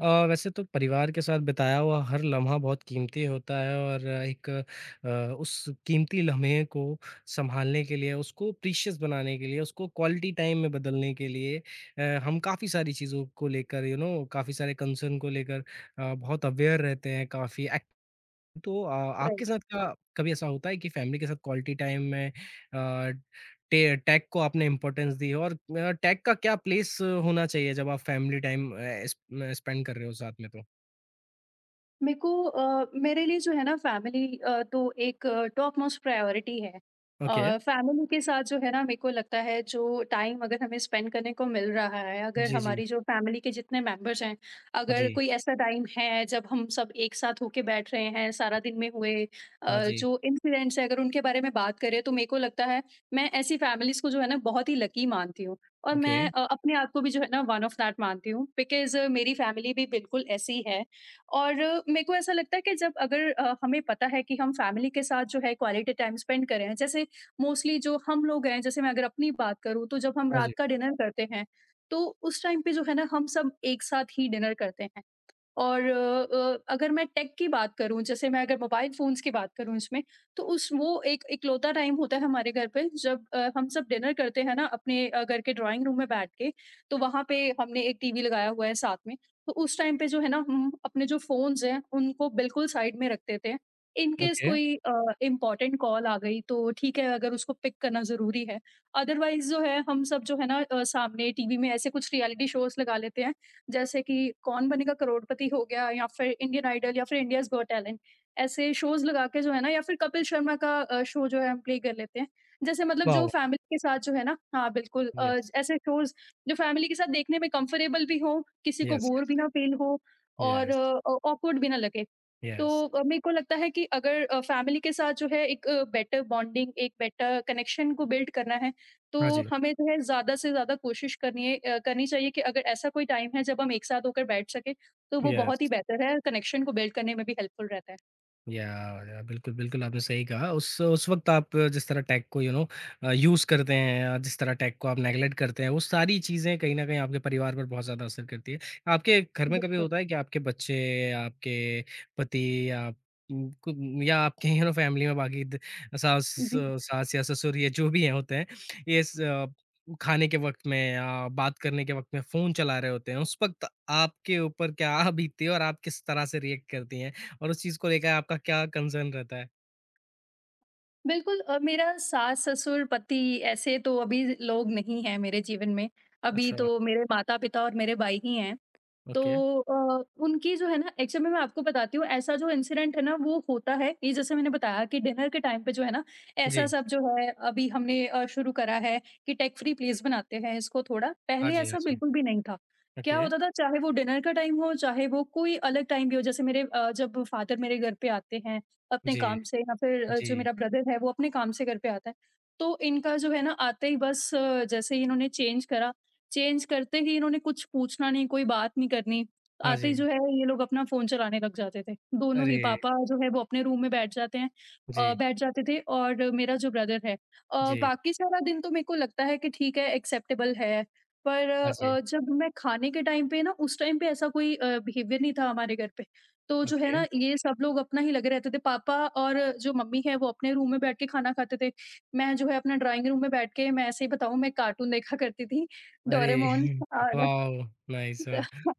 वैसे तो परिवार के साथ बिताया हुआ हर लम्हा बहुत कीमती होता है और एक अ, उस कीमती लम्हे को सँभालने के लिए, उसको प्रीशियस बनाने के लिए, उसको क्वालिटी टाइम में बदलने के लिए हम काफ़ी सारी चीज़ों को लेकर यू नो काफ़ी सारे कंसर्न को लेकर बहुत अवेयर रहते हैं, काफ़ी तो आपके राइट। साथ क्या कभी ऐसा होता है कि फैमिली के साथ क्वालिटी टाइम में टे टैग को आपने इम्पोर्टेंस दी हो, और टैग का क्या प्लेस होना चाहिए जब आप फैमिली टाइम एस स्पेंड कर रहे हो साथ में तो? मेरे लिए जो है ना, फैमिली तो एक टॉप मोस्ट प्रायोरिटी है। ओके, फैमिली के साथ जो है ना, मेरे को लगता है, जो टाइम अगर हमें स्पेंड करने को मिल रहा है, अगर जी, जी। हमारी जो फैमिली के जितने मेंबर्स हैं, हाँ अगर जी, कोई ऐसा टाइम है जब हम सब एक साथ होके बैठ रहे हैं, सारा दिन में हुए हाँ जी, जो इंसिडेंट्स हैं, अगर उनके बारे में बात करें, तो मेरे को लगता है मैं ऐसी फैमिलीज़ को जो है ना बहुत ही लकी मानती हूँ। और ओके, मैं अपने आप को भी जो है ना वन ऑफ दैट मानती हूँ, बिकॉज़ मेरी फैमिली भी बिल्कुल ऐसी ही है। और मेरे को ऐसा लगता है कि जब अगर हमें पता है कि हम फैमिली के साथ जो है क्वालिटी टाइम स्पेंड कर रहे हैं। जैसे मोस्टली जो हम लोग हैं, जैसे मैं अगर अपनी बात करूँ, तो जब हम हाँ जी, रात का डिनर करते हैं, तो उस टाइम पे जो है ना हम सब एक साथ ही डिनर करते हैं। और अगर मैं टेक की बात करूँ, जैसे मैं अगर मोबाइल फ़ोन्स की बात करूँ इसमें, तो उस वो एक इकलौता टाइम होता है हमारे घर पे, जब हम सब डिनर करते हैं ना अपने घर के ड्राइंग रूम में बैठ के, तो वहाँ पे हमने एक टीवी लगाया हुआ है साथ में। तो उस टाइम पे जो है ना हम अपने जो फ़ोन्स हैं, उनको बिल्कुल साइड में रख देते हैं। इन केस ओके, कोई इम्पोर्टेंट कॉल आ गई, तो ठीक है अगर उसको पिक करना ज़रूरी है। अदरवाइज़ जो है हम सब जो है ना सामने टीवी में ऐसे कुछ रियलिटी शोज़ लगा लेते हैं, जैसे कि कौन बनेगा करोड़पति हो गया, या फिर इंडियन आइडल, या फिर इंडियाज गॉट टैलेंट। ऐसे शोज लगा के जो है ना, या फिर कपिल शर्मा का शो जो है हम प्ले कर लेते हैं। जैसे मतलब वाओ! जो फैमिली के साथ जो है ना, हाँ बिल्कुल, यस, ऐसे शोज जो फैमिली के साथ देखने में कंफर्टेबल भी हो, किसी को यस, बोर यस, भी ना फील हो और यस, ऑकवर्ड भी ना लगे। तो यस, मेरे को लगता है कि अगर फैमिली के साथ जो है एक बेटर बॉन्डिंग, एक बेटर कनेक्शन को बिल्ड करना है, तो हाँ जी, हमें जो है ज़्यादा से ज़्यादा कोशिश करनी चाहिए कि अगर ऐसा कोई टाइम है जब हम एक साथ होकर बैठ सकें, तो वो यस। बहुत ही बेहतर है, कनेक्शन को बिल्ड करने में भी हेल्पफुल रहता है। या, या बिल्कुल, बिल्कुल आपने सही कहा। उस वक़्त आप जिस तरह टेक को यू नो यूज़ करते हैं या जिस तरह टेक को आप नेगलेक्ट करते हैं, वो सारी चीज़ें कहीं न कहीं आपके परिवार पर बहुत ज़्यादा असर करती है। आपके घर में कभी बिल्कुल। होता है कि आपके बच्चे, आपके पति या आप उम, कु या आपके यू नो फैमिली में बाकी द सास जी। सास या ससुर ये जो भी हैं होते हैं, ये स अ, खाने के वक़्त में या बात करने के वक़्त में फ़ोन चला रहे होते हैं, उस वक़्त आपके ऊपर क्या बीतती है और आप किस तरह से रिएक्ट करती हैं? और उस चीज़ को लेकर आपका क्या कंसर्न रहता है? बिल्कुल मेरा सास-ससुर, पति ऐसे तो अभी लोग नहीं हैं मेरे जीवन में। अभी अच्छा, तो मेरे माता-पिता और मेरे भाई ही हैं। तो ओके। उनकी जो है ना, एक्चुअली में मैं आपको बताती हूँ, ऐसा जो इंसिडेंट है ना वो होता है, ये जैसे मैंने बताया कि डिनर के टाइम पे जो है ना, ऐसा जी। सब जो है अभी हमने शुरू करा है कि टेक फ्री प्लेस बनाते हैं इसको थोड़ा। हाँ पहले जी, हाँ ऐसा जी। बिल्कुल भी नहीं था। क्या ओके। होता था, चाहे वो डिनर का टाइम हो, चाहे वो कोई अलग टाइम भी हो। जैसे जब फादर मेरे घर पे आते हैं अपने जी, काम से, या फिर जो जी। मेरा ब्रदर है वो अपने काम से घर पे आता है। तो इनका जो है ना, आते ही बस जैसे ही इन्होंने चेंज करा, चेंज करते ही इन्होंने कुछ पूछना नहीं, कोई बात नहीं करनी। हाँ आते जी। ही जो है ये लोग अपना फ़ोन चलाने लग जाते थे। दोनों ही अरे! पापा जो है वो अपने रूम में जी, बैठ जाते थे, और मेरा जो ब्रदर है जी। बाकी सारा दिन तो मेरे को लगता है कि ठीक है, एक्सेप्टेबल है। पर हाँ जी। जब मैं खाने के टाइम पे ना, उस टाइम पे ऐसा कोई बिहेवियर नहीं था हमारे घर पे। तो जो है ओके। ना, ये सब लोग अपना ही लगे रहते थे। पापा और जो मम्मी है, वो अपने रूम में बैठ के खाना खाते थे। मैं जो है अपना ड्राइंग रूम में बैठ के, मैं ऐसे ही बताऊँ, मैं कार्टून देखा करती थी, अरे! डोरेमोन, और वॉव! नाइस वाह!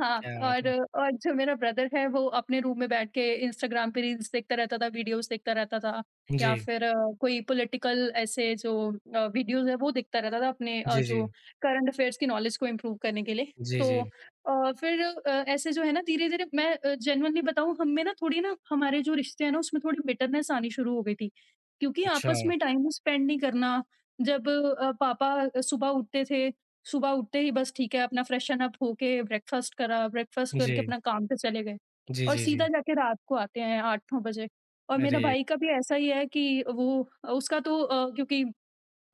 हाँ, क्या बात और है। और जो मेरा ब्रदर है, वो अपने रूम में बैठ के इंस्टाग्राम पे रील्स देखता रहता था, वीडियोज़ देखता रहता था, या जी, फिर कोई पॉलिटिकल, ऐसे जो वीडियोज़ है वो देखता रहता था, अपने जी, जी। जो करंट अफेयर्स की नॉलेज को इम्प्रूव करने के लिए। जी, तो जी। फिर ऐसे जो है ना धीरे-धीरे, मैं जेन्युइनली बताऊँ, हम में ना थोड़ी ना हमारे जो रिश्ते हैं ना, उसमें थोड़ी बिटरनेस आनी शुरू हो गई थी। क्योंकि अच्छा। आपस में टाइम स्पेंड नहीं करना। जब पापा सुबह उठते थे, सुबह उठते ही बस ठीक है, अपना फ्रेशन अप होके ब्रेकफास्ट करा, ब्रेकफास्ट करके जी, अपना काम पे चले गए, जी, और जी, जी। सीधा जाके रात को आते हैं 8-9 बजे। और मेरा अरे! भाई का भी ऐसा ही है कि वो उसका तो क्योंकि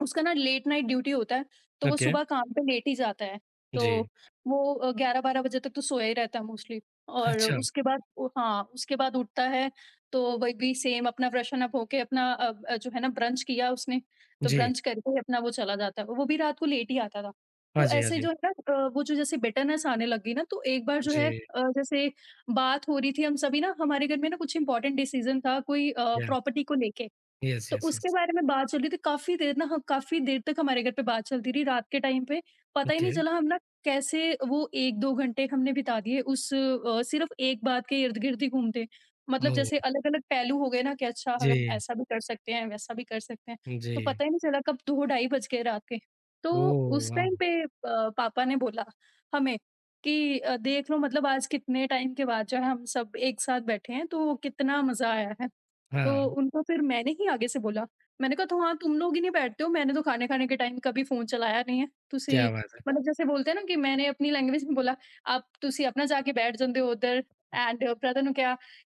उसका ना लेट नाइट ड्यूटी होता है, तो वो ओके। सुबह काम पे लेट ही जाता है। तो जी। वो 11-12 बजे तक तो सोया ही रहता है मोस्टली, और अच्छा। उसके बाद, ओ हाँ, उसके बाद उठता है। तो वही भी सेम अपना ब्रशन अप होके अपना जो है ना ब्रंच किया उसने, तो जी। ब्रंच करके अपना वो चला जाता है। वो भी रात को लेट ही आता था। हाँ तो जी, हाँ ऐसे जी। जो है ना वो जो जैसे बिटरनेस आने लग गई ना, तो एक बार जो है जी। जैसे बात हो रही थी हम सभी ना, हमारे घर में ना कुछ इम्पोर्टेंट डिसीज़न था, कोई या प्रॉपर्टी को लेके। यस, तो यस, यस। उसके बारे में बात चल रही थी काफ़ी देर ना, ह काफ़ी देर तक हमारे घर पे बात चलती रही रात के टाइम पे। पता ही ओके। नहीं चला हम ना कैसे वो 1-2 घंटे हमने बिता दिए, उस सिर्फ़ एक बात के इर्द-गिर्द ही घूमते। मतलब जैसे ओह! अलग-अलग पहलू हो गए ना, कि अच्छा हम जी, ऐसा भी कर सकते हैं, वैसा भी कर सकते हैं, जी। तो पता ही नहीं चला कब 2 ढाई बज गए रात के। तो ओह उस वाओ! टाइम पे पापा ने बोला हमें कि देख लो, मतलब आज कितने टाइम के बाद जो है हम सब एक साथ बैठे हैं, तो कितना मज़ा आया है। तो हाँ, उनको फिर मैंने ही आगे से बोला। मैंने कहा, तो हाँ, तुम लोग ही नहीं बैठते हो, मैंने तो खाने खाने के टाइम कभी फ़ोन चलाया नहीं है। ਤੁਸੀਂ, क्या बात मतलब जैसे बोलते हैं ना, कि मैंने अपनी लैंग्वेज में बोला, "आप ਤੁਸੀਂ ਆਪਣਾ ਜਾ ਕੇ ਬੈਠ ਜਾਂਦੇ ਹੋ ਉੱਧਰ ਐਂਡ ਬ੍ਰਦਰ ਨੂੰ ਕਿਹਾ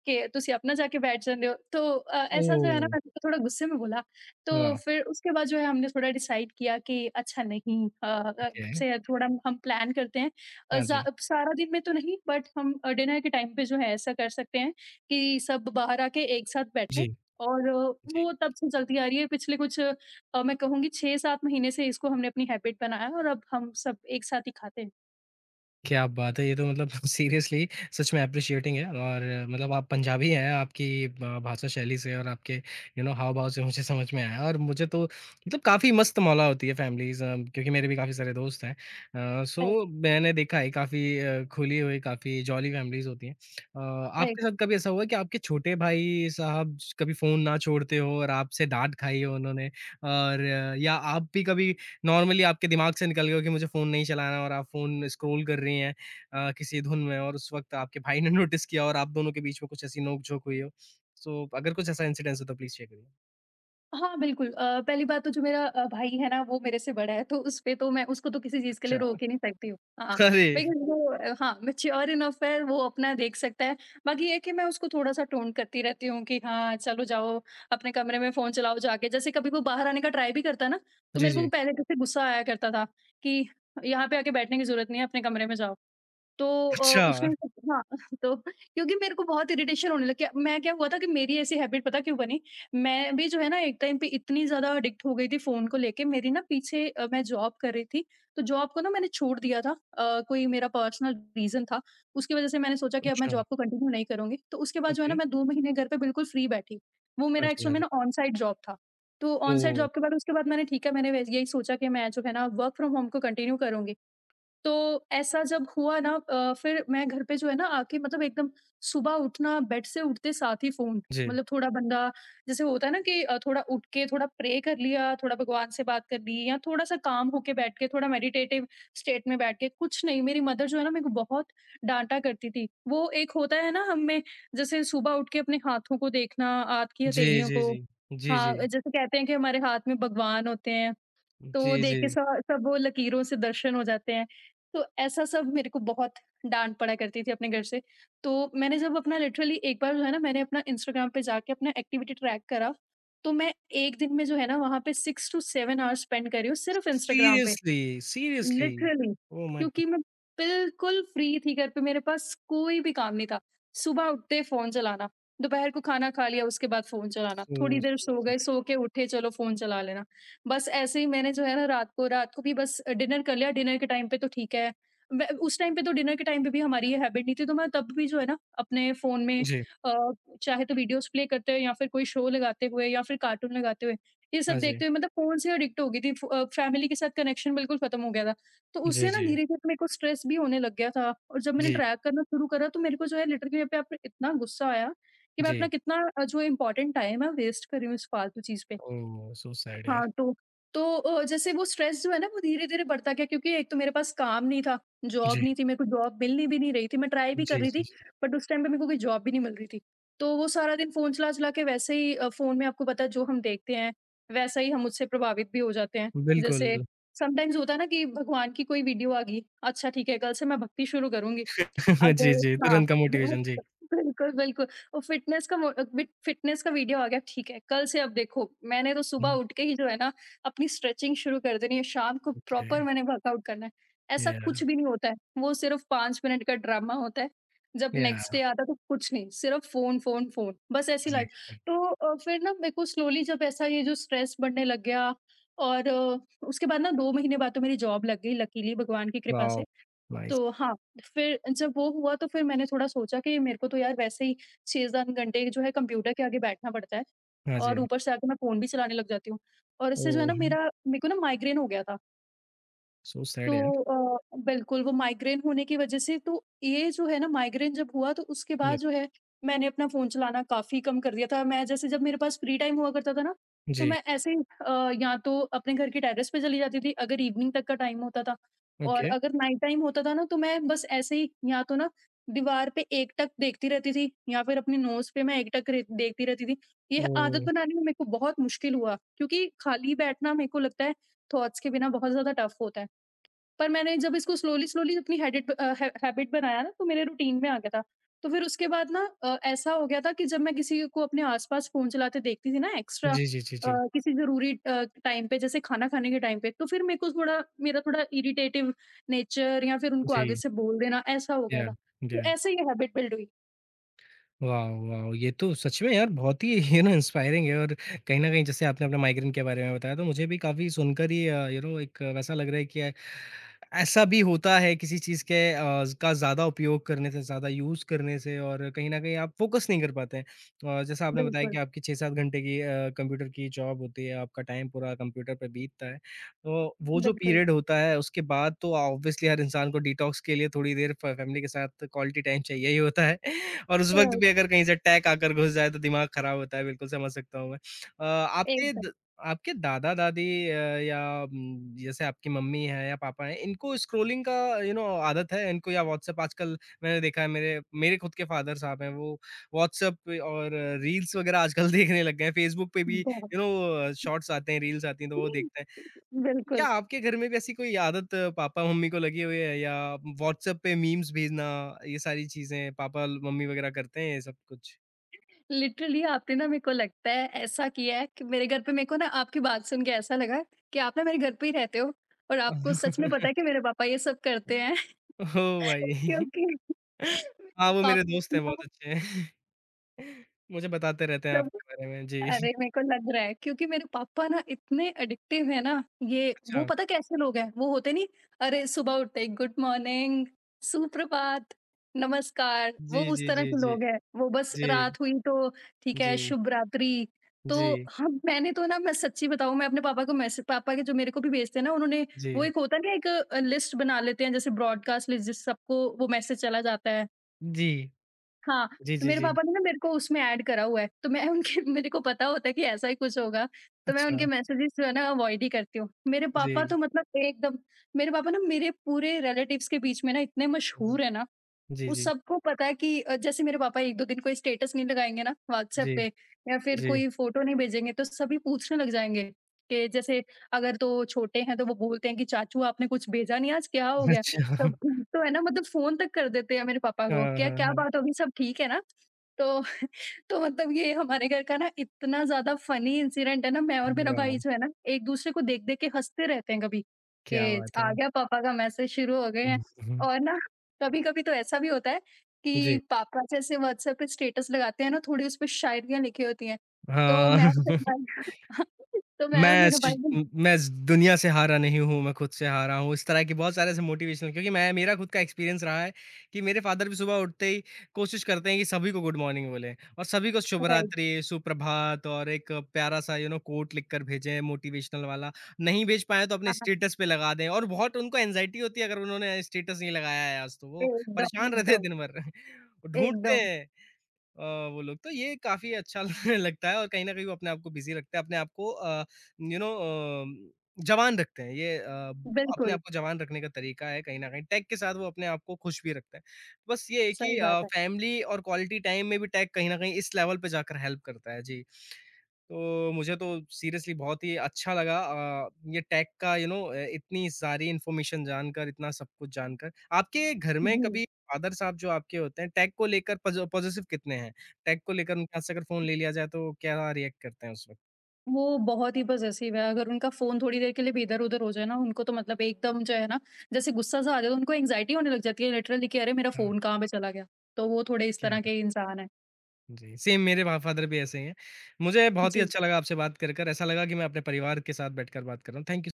ਕਿ ਤੁਸੀਂ अपना जाके बैठ जाते हो।" तो ऐसा जो ओह! है ना, मैंने उसको थोड़ा गुस्से में बोला। तो वाह! फिर उसके बाद जो है हमने थोड़ा डिसाइड किया कि अच्छा, नहीं, अ अ, ओके। से थोड़ा हम प्लान करते हैं। अ, हाँ ज़ा जी। सारा दिन में तो नहीं, बट हम डिनर के टाइम पे जो है ऐसा कर सकते हैं, कि सब बाहर आके एक साथ बैठें। जी, और जी। वो तब से चलती आ रही है, पिछले कुछ, मैं कहूँगी 6-7 महीने से, इसको हमने अपनी हैबिट बनाया है, और अब हम सब एक साथ ही खाते हैं। क्या बात है! ये तो मतलब सीरियसली सच में एप्रिशिएटिंग है और मतलब आप पंजाबी हैं, आपकी ब भाषा शैली से और आपके यू नो हाव-भाव से मुझे समझ में आया और मुझे तो मतलब काफ़ी मस्त मौला होती है फैमिलीज़ क्योंकि मेरे भी काफ़ी सारे दोस्त हैं। राइट, सो मैंने देखा है काफ़ी खुली हुई, काफ़ी जॉली फैमिलीज़ होती हैं। आपके राइट। साथ कभी ऐसा हुआ है कि आपके छोटे भाई साहब ज कभी फ़ोन ना छोड़ते हों और आपसे डाँट खाई हो उन्होंने और या आप भी कभी नॉर्मली आपके दिमाग से निकल गया हो कि मुझे फ़ोन नहीं चलाना और आप फ़ोन स्क्रॉल कर रही हैं किसी धुन में और उस वक़्त आपके भाई ने नोटिस किया और आप दोनों के बीच में कुछ ऐसी नोक-झोंक हुई हो। सो अगर कुछ ऐसा इंसिडेंस हो तो प्लीज़ शेयर करिए? हाँ, बिल्कुल। पहली बात तो जो मेरा भाई है ना, वो मेरे से बड़ा है, तो उस पे तो मैं उसको तो किसी चीज़ के लिए अच्छा, रोक ही नहीं सकती हूँ। हाँ, अरे! लेकिन वो हाँ, मैच्योर इनफ है, वो अपना देख सकता है। बाकी ये है कि मैं उसको थोड़ा-सा टोन्ट करती रहती हूँ कि हाँ, चलो जाओ, अपने कमरे में फ़ोन चलाओ जाके। जैसे कभी वो बाहर आने का ट्राई भी करता है ना, तो जी, मेरे को जी। पहले जैसे गुस्सा आया करता था कि यहाँ पे आके बैठने की ज़रूरत नहीं है, अपने कमरे में जाओ। तो अच्छा, उसने, हाँ, तो क्योंकि मेरे को बहुत इरिटेशन होने लग गया। मैं क्या हुआ था कि मेरी ऐसी हैबिट पता क्यों बनी? मैं भी जो है ना एक टाइम पे इतनी ज़्यादा एडिक्ट हो गई थी फ़ोन को लेके मेरी ना पीछे मैं जॉब कर रही थी, तो जॉब को ना मैंने छोड़ दिया था। कोई मेरा पर्सनल रीज़न था, उसकी वज़ह से मैंने सोचा कि अब मैं अच्छा, जॉब को कंटिन्यू नहीं करूँगी। तो उसके बाद जो है ओके। ना मैं 2 महीने घर पे बिल्कुल फ्री बैठी। वो हाँ मेरा जी, हाँ एक्चुअल में जी। ना ऑन साइट जॉब था। तो ऑन साइट ओह! जॉब के बाद उसके बाद मैंने ठीक है मैंने वैस यही सोचा कि मैं जो है ना वर्क फ्रॉम होम को कंटिन्यू करूँगी। तो ऐसा जब हुआ ना फिर मैं घर पे जो है ना आके मतलब एकदम सुबह उठना बेड से उठते साथ ही फ़ोन जी। मतलब थोड़ा बंदा जैसे होता है ना कि थोड़ा उठ के थोड़ा प्रे कर लिया, थोड़ा भगवान से बात कर ली या थोड़ा-सा काम होके बैठ के थोड़ा मेडिटेटिव स्टेट में बैठ के कुछ नहीं मेरी मदर जो है ना मेरे को बहुत डाँटा करती थी। वो एक होता है ना हम में जैसे सुबह उठ के अपने हाथों को देखना, हाथ की जी, हथेलियों जी, को जी। जी, हाँ, जी। जैसे कहते हैं कि हमारे हाथ में भगवान होते हैं, तो वो जी, देख के जी। स सब वो लकीरों से दर्शन हो जाते हैं। तो ऐसा सब मेरे को बहुत डाँट पड़ा करती थी अपने घर से। तो मैंने जब अपना लिटरली एक बार जो है ना मैंने अपना इंस्टाग्राम पे जाके अपना एक्टिविटी ट्रैक करा, तो मैं 1 दिन में जो है ना वहाँ पे 6 टू 7 आवर्स स्पेंड कर रही हूँ सिर्फ़ इंस्टाग्राम पे। Seriously? Seriously? Literally oh my god! क्योंकि मैं बिल्कुल फ्री थी घर पे, मेरे पास कोई भी काम नहीं था। सुबह उठते ही फ़ोन चलाना, दोपहर को खाना खा लिया उसके बाद फ़ोन चलाना, थोड़ी देर सो सो गए, सैड। सो के उठे चलो फ़ोन चला लेना। बस ऐसे ही मैंने जो है ना रात को भी बस डिनर कर लिया, डिनर के टाइम पे तो ठीक है। ब उस टाइम पे तो डिनर के टाइम पे भी हमारी ये हैबिट नहीं थी तो मैं तब भी जो है ना अपने फ़ोन में जी, अ, चाहे तो वीडियोज़ प्ले करते हुए या फिर कोई शो लगाते हुए या फिर कार्टून लगाते हुए, ये सब हाँ जी। देखते हुए मतलब फ़ोन से एडिक्ट हो गई थी। फैमिली के साथ कनेक्शन बिल्कुल खत्म हो गया था। तो जी, उससे ना जी। धीरे-धीरे तो मेरे को स्ट्रेस भी होने लग गया था और जब मैंने जी, ट्रैक करना शुरू करा तो मेरे को जो है लिटरली मेरे पे आप इतना गुस्सा आया कि मैं अपना जी। कितना जो इम्पोर्टेंट टाइम है वेस्ट कर रही हूँ इस फालतू चीज़ पे। ओह! सो सैड यार। हाँ, तो जैसे वो स्ट्रेस जो है ना वो धीरे-धीरे बढ़ता गया क्योंकि एक तो मेरे पास काम नहीं था, जॉब जी। नहीं थी, मेरे को जॉब मिलनी भी नहीं रही थी, मैं ट्राई भी कर जी, रही जी, थी, जी। बट उस टाइम पे मेरे को कोई जॉब भी नहीं मिल रही थी। तो वो सारा दिन फ़ोन चला-चला के वैसे ही फ़ोन में आपको पता है जो हम देखते हैं, वैसा ही हम उससे प्रभावित भी हो जाते हैं। जैसे बिल्कुल। समटाइम्स होता है ना कि भगवान की कोई वीडियो आ गई, अच्छा ठीक है, कल से मैं भक्ति शुरू करूँगी। जी, अगर जी, हाँ, तुरंत का वो- मोटिवेशन, जी। बिल्कुल, बिल्कुल। वो फ़िटनेस का मो बिट फ़िटनेस का वीडियो आ गया, ठीक है, कल से अब देखो, मैंने तो सुबह हुँ, उठ के ही जो है ना, अपनी स्ट्रेचिंग शुरू कर देनी है, शाम को ओके। प्रॉपर मैंने वर्कआउट करना है। ऐसा या, कुछ भी नहीं होता है, वो सिर्फ़ 5 मिनट का ड्रामा होता है। जब या, नेक्स्ट डे आता है तो कुछ नहीं, सिर्फ़ फ़ोन, फ़ोन, फ़ोन, बस ऐसी लाइफ़। एग्ज़ैक्टली। तो फिर ना मेरे को स्लोली जब ऐसा ये जो स्ट्रेस बढ़ने लग गया और उसके बाद ना 2 महीने बाद तो मेरी जॉब लग गई लकीली भगवान की कृपा वॉव! से। नाइस। तो हाँ, फिर जब वो हुआ तो फिर मैंने थोड़ा सोचा कि मेरे को तो यार वैसे ही 6-7 घंटे जो है कंप्यूटर के आगे बैठना पड़ता है हाँ और जी। ऊपर से आके मैं फ़ोन भी चलाने लग जाती हूँ और इससे जो है ओह! ना मेरा मेरे को ना माइग्रेन हो गया था। सो सैड तो यार। अ, बिल्कुल, वो माइग्रेन होने की वजह से तो ये जो है ना माइग्रेन जब हुआ तो उसके बाद यस। जो है मैंने अपना फ़ोन चलाना काफ़ी कम कर दिया था। मैं जैसे जब मेरे पास फ्री टाइम हुआ करता था ना, तो जी, मैं ऐसे ही या तो अपने घर के टेरेस पे चली जाती थी अगर इवनिंग तक का टाइम होता था और ओके। अगर नाइट टाइम होता था ना तो मैं बस ऐसे ही या तो ना दीवार पे एकटक देखती रहती थी या फिर अपनी नोज़ पे मैं एकटक रे देखती रहती थी। ये आदत ओह! बनाने में मेरे को बहुत मुश्किल हुआ क्योंकि खाली बैठना मेरे को लगता है थॉट्स के बिना बहुत ज़्यादा टफ़ होता है। पर मैंने जब इसको स्लोली स्लोली अपनी हैडिट अ, है हैबिट बनाया ना तो मेरे रूटीन में आ गया था। तो फिर उसके बाद ना ऐसा हो गया था कि जब मैं किसी को अपने आस-पास फ़ोन चलाते देखती थी ना एक्स्ट्रा जी, जी, जी, जी। किसी ज़रूरी टाइम पे जैसे खाना खाने के टाइम पे, तो फिर मेरे को थोड़ा मेरा थोड़ा इरिटेटिव नेचर या फिर उनको आगे जी, से बोल देना ऐसा हो गया या, था। तो या। ऐसे ये हैबिट बिल्ड हुई। वाओ! वाओ! ये तो सच में यार बहुत ही यू नो इंस्पायरिंग है और कहीं न कहीं जैसे आपने अपने माइग्रेन के बारे में बताया तो मुझे भी काफ़ी सुनकर ही यू नो एक वैसा लग रहा है कि ऐसा भी होता है किसी चीज़ के का ज़्यादा उपयोग करने से, ज़्यादा यूज़ करने से और कहीं न कहीं आप फ़ोकस नहीं कर पाते हैं। और जैसा आपने बताया बिल्कुल, कि आपकी 6-7 घंटे की कंप्यूटर की जॉब होती है, आपका टाइम पूरा कंप्यूटर पे बीतता है। तो वो जो बिल्कुल। पीरियड होता है उसके बाद तो ऑब्वियसली हर इंसान को डिटॉक्स के लिए थोड़ी देर फ फैमिली के साथ क्वालिटी टाइम चाहिए ही होता है और उस अ, वक़्त भी अगर कहीं से अटैक आकर घुस जाए तो दिमाग खराब होता है, बिल्कुल समझ सकता हूँ मैं। अ, आपके एकदम द आपके दादा-दादी अ, या जैसे आपकी मम्मी हैं या पापा हैं, इनको स्क्रॉलिंग का यू नो आदत है इनको या व्हाट्सएप आजकल मैंने देखा है मेरे मेरे खुद के फादर साहब हैं, वो व्हाट्सएप पे और रील्स वगैरह आजकल देखने लग गए हैं। फ़ेसबुक पे भी बहुत यू नो शॉट्स आते हैं, रील्स आती हैं तो वो देखते हैं। क्या बिल्कुल। आपके घर में भी ऐसी कोई आदत पापा मम्मी को लगी हुई है या व्हाट्सएप पे मीम्स भेजना ये सारी चीजें पापा मम्मी वगैरह करते हैं ये सब कुछ? लिटरली आपने ना मेरे को लगता है ऐसा किया है कि मेरे घर पे मेरे को ना आपकी बात सुन के ऐसा लगा कि आप ना मेरे घर पे ही रहते हो और आपको सच में पता है कि मेरे पापा ये सब करते हैं ओह भाई! क्योंकि हाँ, वो मेरे पापा दोस्त हैं बहुत अच्छे हैं। मुझे बताते रहते हैं मतलब आपके बारे में। जी, अरे मेरे को लग रहा है क्योंकि मेरे पापा ना इतने एडिक्टिव है ना, ये वो अच्छा। पता कैसे लोग हैं वो होते नहीं। अरे सुबह उठते गुड मॉर्निंग, सुप्रभात, नमस्कार, वो जी, उस जी, तरह जी, के जी। लोग हैं। वो बस जी, रात हुई तो ठीक है जी, शुभ रात्रि। तो जी, हम मैंने तो ना, मैं सच्ची बताऊं, मैं अपने पापा को मैसेज पापा के जो मेरे को भी भेजते हैं ना उन्होंने, जी। वो एक होता नहीं है ना एक लिस्ट बना लेते हैं जैसे ब्रॉडकास्ट लिस्ट जिस सबको वो मैसेज चला जाता है। जी। हाँ, जी, तो जी, मेरे जी। पापा ने ना मेरे को उसमें ऐड करा हुआ है, तो मैं उनके मेरे को पता होता है कि ऐसा ही कुछ होगा, तो मैं अच्छा। उनके मैसेजेस जो है ना अवॉइड ही करती हूँ। मेरे जी। पापा तो मतलब एकदम मेरे पापा ना मेरे पूरे रिलेटिव्स के बीच में ना इतने जी, मशहूर है ना, जी, उस जी। सबको पता है कि जैसे मेरे पापा 1-2 दिन कोई स्टेटस नहीं लगाएँगे ना व्हाट्सएप जी, पे या फिर जी। कोई फ़ोटो नहीं भेजेंगे तो सभी पूछने लग जाएँगे कि जैसे अगर तो छोटे हैं तो वो बोलते हैं कि चाचू आपने कुछ भेजा नहीं आज, क्या हो गया? अच्छा। सब ठीक तो है ना? मतलब फ़ोन तक कर देते हैं मेरे पापा को, हाँ, क्या हाँ, क्या हाँ। बात होगी, सब ठीक है ना? तो तो मतलब ये हमारे घर का ना इतना ज़्यादा फ़नी इंसिडेंट है ना, मैं और मेरा भाई वाह! जो है ना एक-दूसरे को देख-देख के हँसते रहते हैं कभी क्या कि बात है। आ गया पापा का मैसेज शुरू हो गए हैं। और ना कभी-कभी तो ऐसा भी होता है कि जी। पापा जैसे व्हाट्सएप पे स्टेटस लगाते हैं ना, थोड़ी उसपे शायरियाँ लिखी होती हैं, तो हाँ, मैं और मेरा भाई तो मैं और मेरा भाई ना मैं दुनिया से हारा नहीं हूँ, मैं खुद से हारा हूँ, इस तरह के बहुत सारे ऐसे मोटिवेशनल क्योंकि मैं मेरा खुद का एक्सपीरियंस रहा है कि मेरे फ़ादर भी सुबह उठते ही कोशिश करते हैं कि सभी को गुड मॉर्निंग बोलें और सभी को शुभ राइट, रात्रि, सुप्रभात और एक प्यारा-सा यू नो कोट लिखकर भेजें मोटिवेशनल वाला। नहीं भेज पाएँ तो अपने हाँ, हाँ। स्टेटस पे लगा दें और बहुत उनको एंग्ज़ायटी होती है अगर उन्होंने स्टेटस नहीं लगाया है आज तो, वो एकदम, परेशान रहते हैं एकदम, दिन भर। ढूँढते एकदम, हैं अ, वो लोग तो ये काफ़ी अच्छा लगता है और कहीं न कहीं वो अपने आप को बिज़ी रखते हैं, अपने आप को यू नो अ, जवान रखते हैं। अपने बिल्कुल, आप को जवान रखने का तरीका है कहीं न कहीं। टेक के साथ वो अपने आप को खुश भी रखते हैं। बस ये है कि सही बात है। फैमिली और क्वालिटी टाइम में भी टेक कहीं न कहीं इस लेवल पे जाकर हेल्प करता है। जी। तो मुझे तो सीरियसली बहुत ही अच्छा लगा ये टेक का यू नो इतनी सारी इन्फॉर्मेशन जानकर, इतना सब कुछ जानकर। आपके घर में जी। कभी फादर साहब जो आपके होते हैं, टेक को लेकर पॉज़िटिव कितने हैं? टेक को लेकर उनके हाथ से अगर फ़ोन ले लिया जाए तो क्या रिएक्ट करते हैं उस वक़्त? वो बहुत ही पॉसेसिव है, अगर उनका फ़ोन थोड़ी देर के लिए भी इधर-उधर हो जाए ना, उनको तो मतलब एकदम जो है ना, जैसे गुस्सा सा आ जाए, तो उनको एंग्ज़ायटी होने लग जाती है लिटरली कि अरे! मेरा हाँ, फ़ोन कहाँ पे चला गया? तो वो थोड़े इस क्या तरह के बात! इंसान हैं। जी, सेम मेरे फ फादर भी ऐसे ही हैं। मुझे बहुत ही जी। अच्छा लगा आपसे बात कर। ऐसा लगा कि मैं अपने परिवार के साथ बैठकर बात कर रहा हूँ। Thank you